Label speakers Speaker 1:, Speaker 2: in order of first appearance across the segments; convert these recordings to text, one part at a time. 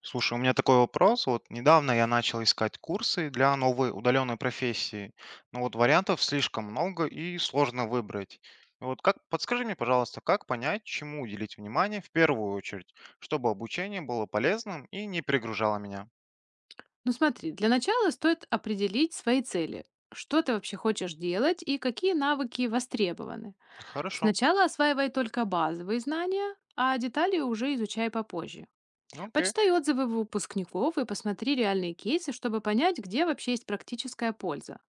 Speaker 1: Слушай, у меня такой вопрос. Вот недавно я начал искать курсы для новой удаленной профессии, но вот вариантов слишком много и сложно выбрать. Подскажи мне, пожалуйста, как понять, чему уделить внимание в первую очередь, чтобы обучение было полезным и не перегружало меня?
Speaker 2: Ну смотри, для начала стоит определить свои цели. Что ты вообще хочешь делать и какие навыки востребованы.
Speaker 1: Хорошо,
Speaker 2: Сначала осваивай только базовые знания, а детали уже изучай попозже.
Speaker 1: окей.
Speaker 2: Почитай отзывы выпускников и посмотри реальные кейсы, чтобы понять, где вообще есть практическая польза.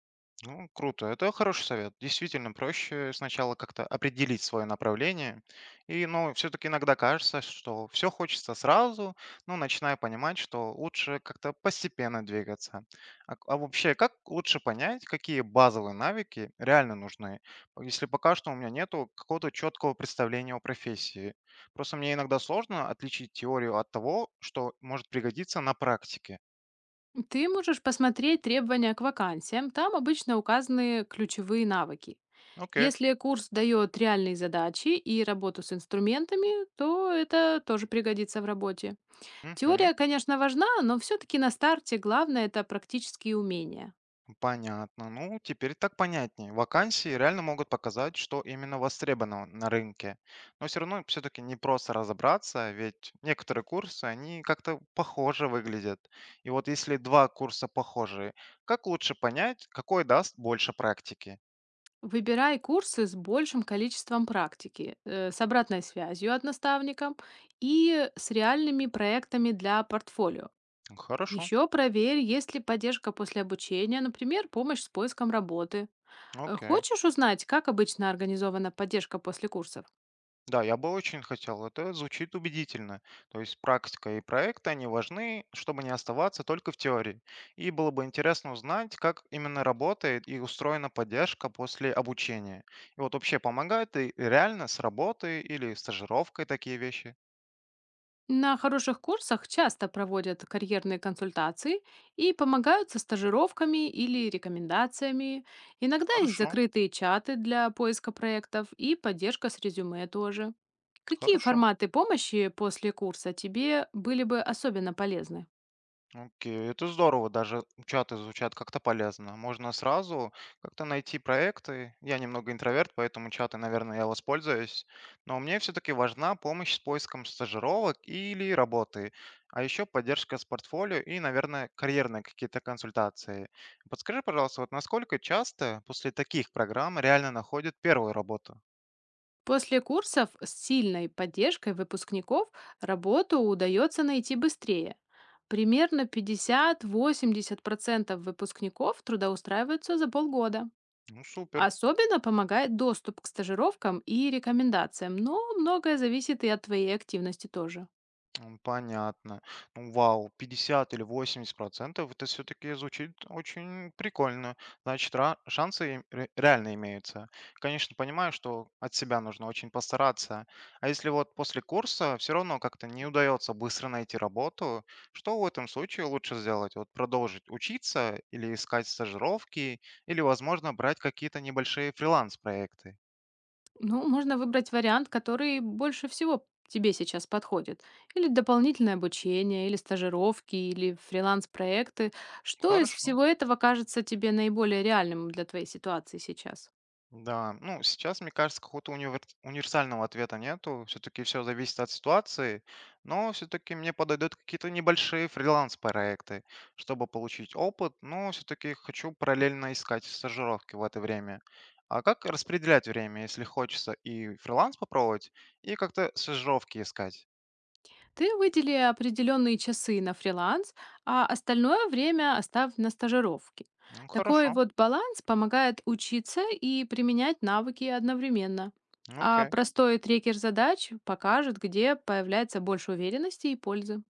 Speaker 1: Ну, круто. Это хороший совет. Действительно, проще сначала как-то определить свое направление. И, ну, все-таки иногда кажется, что все хочется сразу, но начиная понимать, что лучше как-то постепенно двигаться. А вообще, как лучше понять, какие базовые навыки реально нужны, если пока что у меня нету какого-то четкого представления о профессии? Просто мне иногда сложно отличить теорию от того, что может пригодиться на практике.
Speaker 2: Ты можешь посмотреть требования к вакансиям, там обычно указаны ключевые навыки.
Speaker 1: Окей.
Speaker 2: Если курс дает реальные задачи и работу с инструментами, то это тоже пригодится в работе.
Speaker 1: Мгм.
Speaker 2: Теория, конечно, важна, но все-таки на старте главное это практические умения.
Speaker 1: Понятно. Ну, теперь так понятнее. Вакансии реально могут показать, что именно востребовано на рынке. Но все равно все-таки не просто разобраться, ведь некоторые курсы, они как-то похоже выглядят. И вот если два курса похожие, как лучше понять, какой даст больше практики?
Speaker 2: Выбирай курсы с большим количеством практики, с обратной связью от наставника и с реальными проектами для портфолио.
Speaker 1: Хорошо,
Speaker 2: Еще проверь, есть ли поддержка после обучения, например, помощь с поиском работы.
Speaker 1: окей.
Speaker 2: Хочешь узнать, как обычно организована поддержка после курсов?
Speaker 1: Да, я бы очень хотел. Это звучит убедительно. То есть практика и проект, они важны, чтобы не оставаться только в теории. И было бы интересно узнать, как именно работает и устроена поддержка после обучения. И вот вообще помогает и реально с работы или стажировкой такие вещи?
Speaker 2: На хороших курсах часто проводят карьерные консультации и помогают со стажировками или рекомендациями. Иногда есть
Speaker 1: Хорошо,
Speaker 2: закрытые чаты для поиска проектов и поддержка с резюме тоже. Какие
Speaker 1: хорошо.
Speaker 2: форматы помощи после курса тебе были бы особенно полезны?
Speaker 1: Окей, это здорово, даже чаты звучат как-то полезно. Можно сразу как-то найти проекты. Я немного интроверт, поэтому чаты, наверное, я воспользуюсь. Но мне все-таки важна помощь с поиском стажировок или работы, а еще поддержка с портфолио и, наверное, карьерные какие-то консультации. Подскажи, пожалуйста, вот насколько часто после таких программ реально находят первую работу?
Speaker 2: После курсов с сильной поддержкой выпускников работу удается найти быстрее. Примерно 50-80% выпускников трудоустраиваются за полгода.
Speaker 1: Ну, супер.
Speaker 2: Особенно помогает доступ к стажировкам и рекомендациям, но многое зависит и от твоей активности тоже.
Speaker 1: Понятно. Ну, вау, 50 или 80%, это все-таки звучит очень прикольно. Значит, шансы им реально имеются. Конечно, понимаю, что от себя нужно очень постараться. А если вот после курса все равно как-то не удается быстро найти работу, что в этом случае лучше сделать? Вот продолжить учиться или искать стажировки, или, возможно, брать какие-то небольшие фриланс-проекты?
Speaker 2: Ну, можно выбрать вариант, который больше всего тебе сейчас подходит. Или дополнительное обучение, или стажировки, или фриланс-проекты. Что из
Speaker 1: Хорошо.
Speaker 2: всего этого кажется тебе наиболее реальным для твоей ситуации сейчас?
Speaker 1: Да, ну, сейчас, мне кажется, какого-то универсального ответа нету. Все-таки все зависит от ситуации, но все-таки мне подойдут какие-то небольшие фриланс-проекты, чтобы получить опыт, но все-таки хочу параллельно искать стажировки в это время. А как распределять время, если хочется и фриланс попробовать, и как-то стажировки искать?
Speaker 2: Ты выдели определенные часы на фриланс, а остальное время оставь на стажировки.
Speaker 1: Ну,
Speaker 2: Такой
Speaker 1: хорошо,
Speaker 2: вот баланс помогает учиться и применять навыки одновременно.
Speaker 1: ну,
Speaker 2: А
Speaker 1: окей.
Speaker 2: простой трекер задач покажет, где появляется больше уверенности и пользы.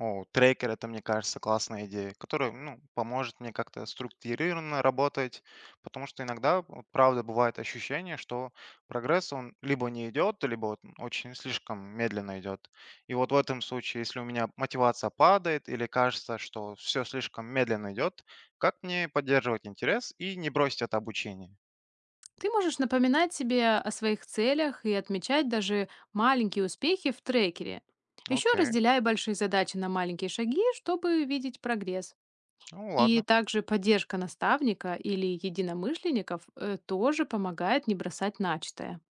Speaker 1: О, трекер- это, мне кажется, классная идея, которая, ну, поможет мне как-то структурированно работать, потому что иногда, вот правда, бывает ощущение, что прогресс, он либо не идет, либо вот очень слишком медленно идет. И вот в этом случае, если у меня мотивация падает или кажется, что все слишком медленно идет, как мне поддерживать интерес и не бросить это обучение?
Speaker 2: Ты можешь напоминать себе о своих целях и отмечать даже маленькие успехи в трекере. Еще
Speaker 1: Окей,
Speaker 2: разделяй большие задачи на маленькие шаги, чтобы видеть прогресс.
Speaker 1: ну
Speaker 2: И
Speaker 1: ладно.
Speaker 2: также поддержка наставника или единомышленников тоже помогает не бросать начатое.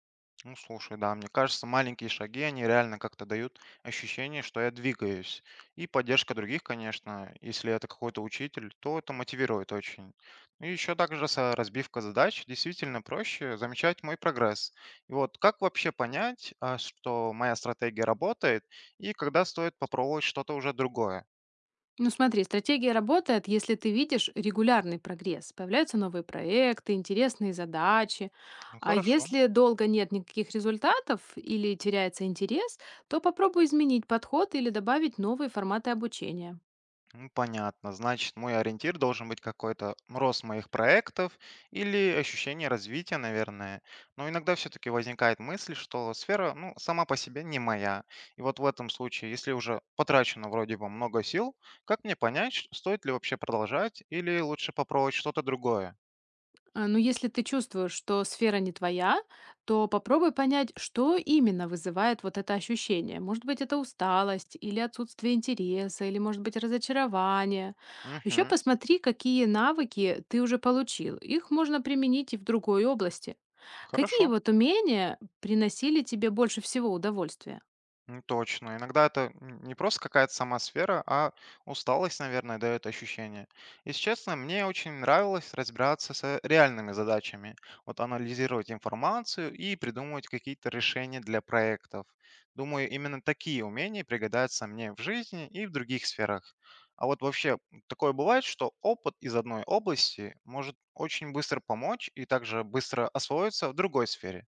Speaker 1: Ну, слушай, да, мне кажется, маленькие шаги, они реально как-то дают ощущение, что я двигаюсь. И поддержка других, конечно, если это какой-то учитель, то это мотивирует очень. Ну и еще также разбивка задач действительно проще замечать мой прогресс. И вот как вообще понять, что моя стратегия работает, и когда стоит попробовать что-то уже другое?
Speaker 2: Ну смотри, стратегия работает, если ты видишь регулярный прогресс, появляются новые проекты, интересные задачи.
Speaker 1: Ну,
Speaker 2: А
Speaker 1: хорошо.
Speaker 2: если долго нет никаких результатов или теряется интерес, то попробуй изменить подход или добавить новые форматы обучения.
Speaker 1: Ну, понятно. Значит, мой ориентир должен быть какой-то рост моих проектов или ощущение развития, наверное. Но иногда все-таки возникает мысль, что сфера, ну, сама по себе не моя. И вот в этом случае, если уже потрачено вроде бы много сил, как мне понять, стоит ли вообще продолжать или лучше попробовать что-то другое?
Speaker 2: Ну, если ты чувствуешь, что сфера не твоя, то попробуй понять, что именно вызывает вот это ощущение. Может быть, это усталость или отсутствие интереса, или, может быть, разочарование. Еще
Speaker 1: Угу.
Speaker 2: посмотри, какие навыки ты уже получил. Их можно применить и в другой области. Какие
Speaker 1: Хорошо.
Speaker 2: вот умения приносили тебе больше всего удовольствия?
Speaker 1: Ну, точно. Иногда это не просто какая-то сама сфера, а усталость, наверное, дает ощущение. Если честно, мне очень нравилось разбираться с реальными задачами, вот анализировать информацию и придумывать какие-то решения для проектов. Думаю, именно такие умения пригодятся мне в жизни и в других сферах. А вот вообще такое бывает, что опыт из одной области может очень быстро помочь и также быстро освоиться в другой сфере.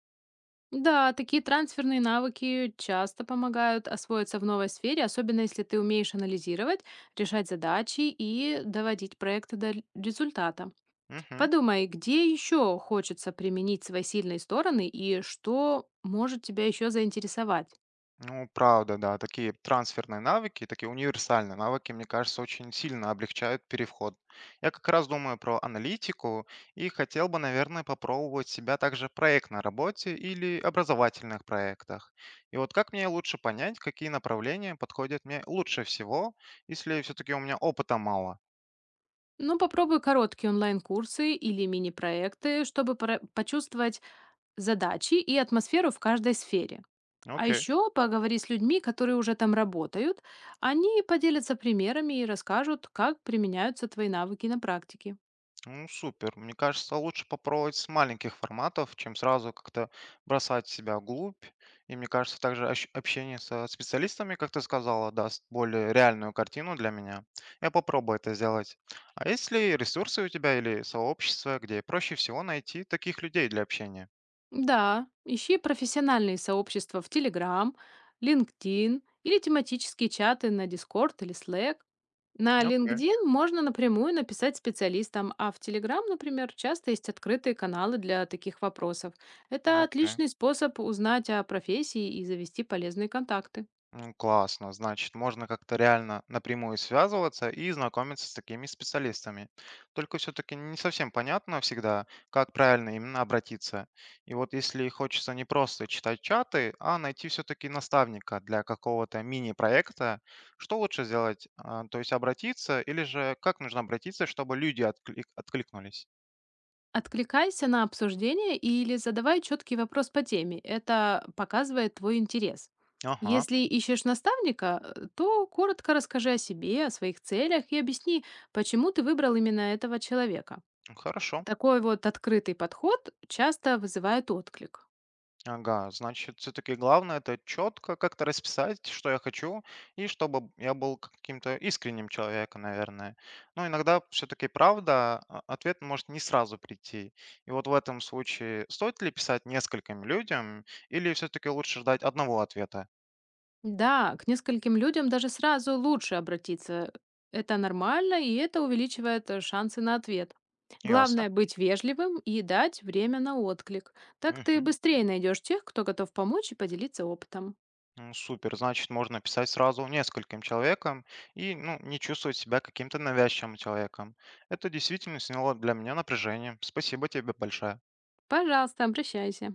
Speaker 2: Да, такие трансферные навыки часто помогают освоиться в новой сфере, особенно если ты умеешь анализировать, решать задачи и доводить проекты до результата.
Speaker 1: Мгм.
Speaker 2: Подумай, где еще хочется применить свои сильные стороны и что может тебя еще заинтересовать.
Speaker 1: Ну, правда, да. Такие трансферные навыки, такие универсальные навыки, мне кажется, очень сильно облегчают переход. Я как раз думаю про аналитику и хотел бы, наверное, попробовать себя также в проектной работе или образовательных проектах. И вот как мне лучше понять, какие направления подходят мне лучше всего, если все-таки у меня опыта мало?
Speaker 2: Ну, попробуй короткие онлайн-курсы или мини-проекты, чтобы почувствовать задачи и атмосферу в каждой сфере.
Speaker 1: Ну,
Speaker 2: А
Speaker 1: окей.
Speaker 2: еще поговори с людьми, которые уже там работают. Они поделятся примерами и расскажут, как применяются твои навыки на практике.
Speaker 1: Ну, супер. Мне кажется, лучше попробовать с маленьких форматов, чем сразу как-то бросать себя вглубь. И мне кажется, также общение со специалистами, как ты сказала, даст более реальную картину для меня. Я попробую это сделать. А есть ли ресурсы у тебя или сообщества, где проще всего найти таких людей для общения?
Speaker 2: Да, ищи профессиональные сообщества в Telegram, LinkedIn или тематические чаты на Discord или Slack. На
Speaker 1: Окей,
Speaker 2: LinkedIn можно напрямую написать специалистам, а в Telegram, например, часто есть открытые каналы для таких вопросов. Это
Speaker 1: окей.
Speaker 2: отличный способ узнать о профессии и завести полезные контакты.
Speaker 1: Ну, классно. Значит, можно как-то реально напрямую связываться и знакомиться с такими специалистами. Только все-таки не совсем понятно всегда, как правильно именно обратиться. И вот если хочется не просто читать чаты, а найти все-таки наставника для какого-то мини-проекта, что лучше сделать? То есть обратиться или же как нужно обратиться, чтобы люди откликнулись?
Speaker 2: Откликайся на обсуждение или задавай четкий вопрос по теме. Это показывает твой интерес.
Speaker 1: Ага,
Speaker 2: Если ищешь наставника, то коротко расскажи о себе, о своих целях и объясни, почему ты выбрал именно этого человека.
Speaker 1: хорошо.
Speaker 2: Такой вот открытый подход часто вызывает отклик.
Speaker 1: Ага, значит, все-таки главное это четко как-то расписать, что я хочу, и чтобы я был каким-то искренним человеком, наверное. Но иногда все-таки правда, ответ может не сразу прийти. И вот в этом случае стоит ли писать нескольким людям, или все-таки лучше ждать одного ответа?
Speaker 2: Да, к нескольким людям даже сразу лучше обратиться. Это нормально, и это увеличивает шансы на ответ.
Speaker 1: Ясно.
Speaker 2: Главное быть вежливым и дать время на отклик. Так ты
Speaker 1: Мгм.
Speaker 2: быстрее найдешь тех, кто готов помочь и поделиться опытом.
Speaker 1: Ну, супер, значит, можно писать сразу нескольким человекам и ну, не чувствовать себя каким-то навязчивым человеком. Это действительно сняло для меня напряжение. Спасибо тебе большое.
Speaker 2: Пожалуйста, обращайся.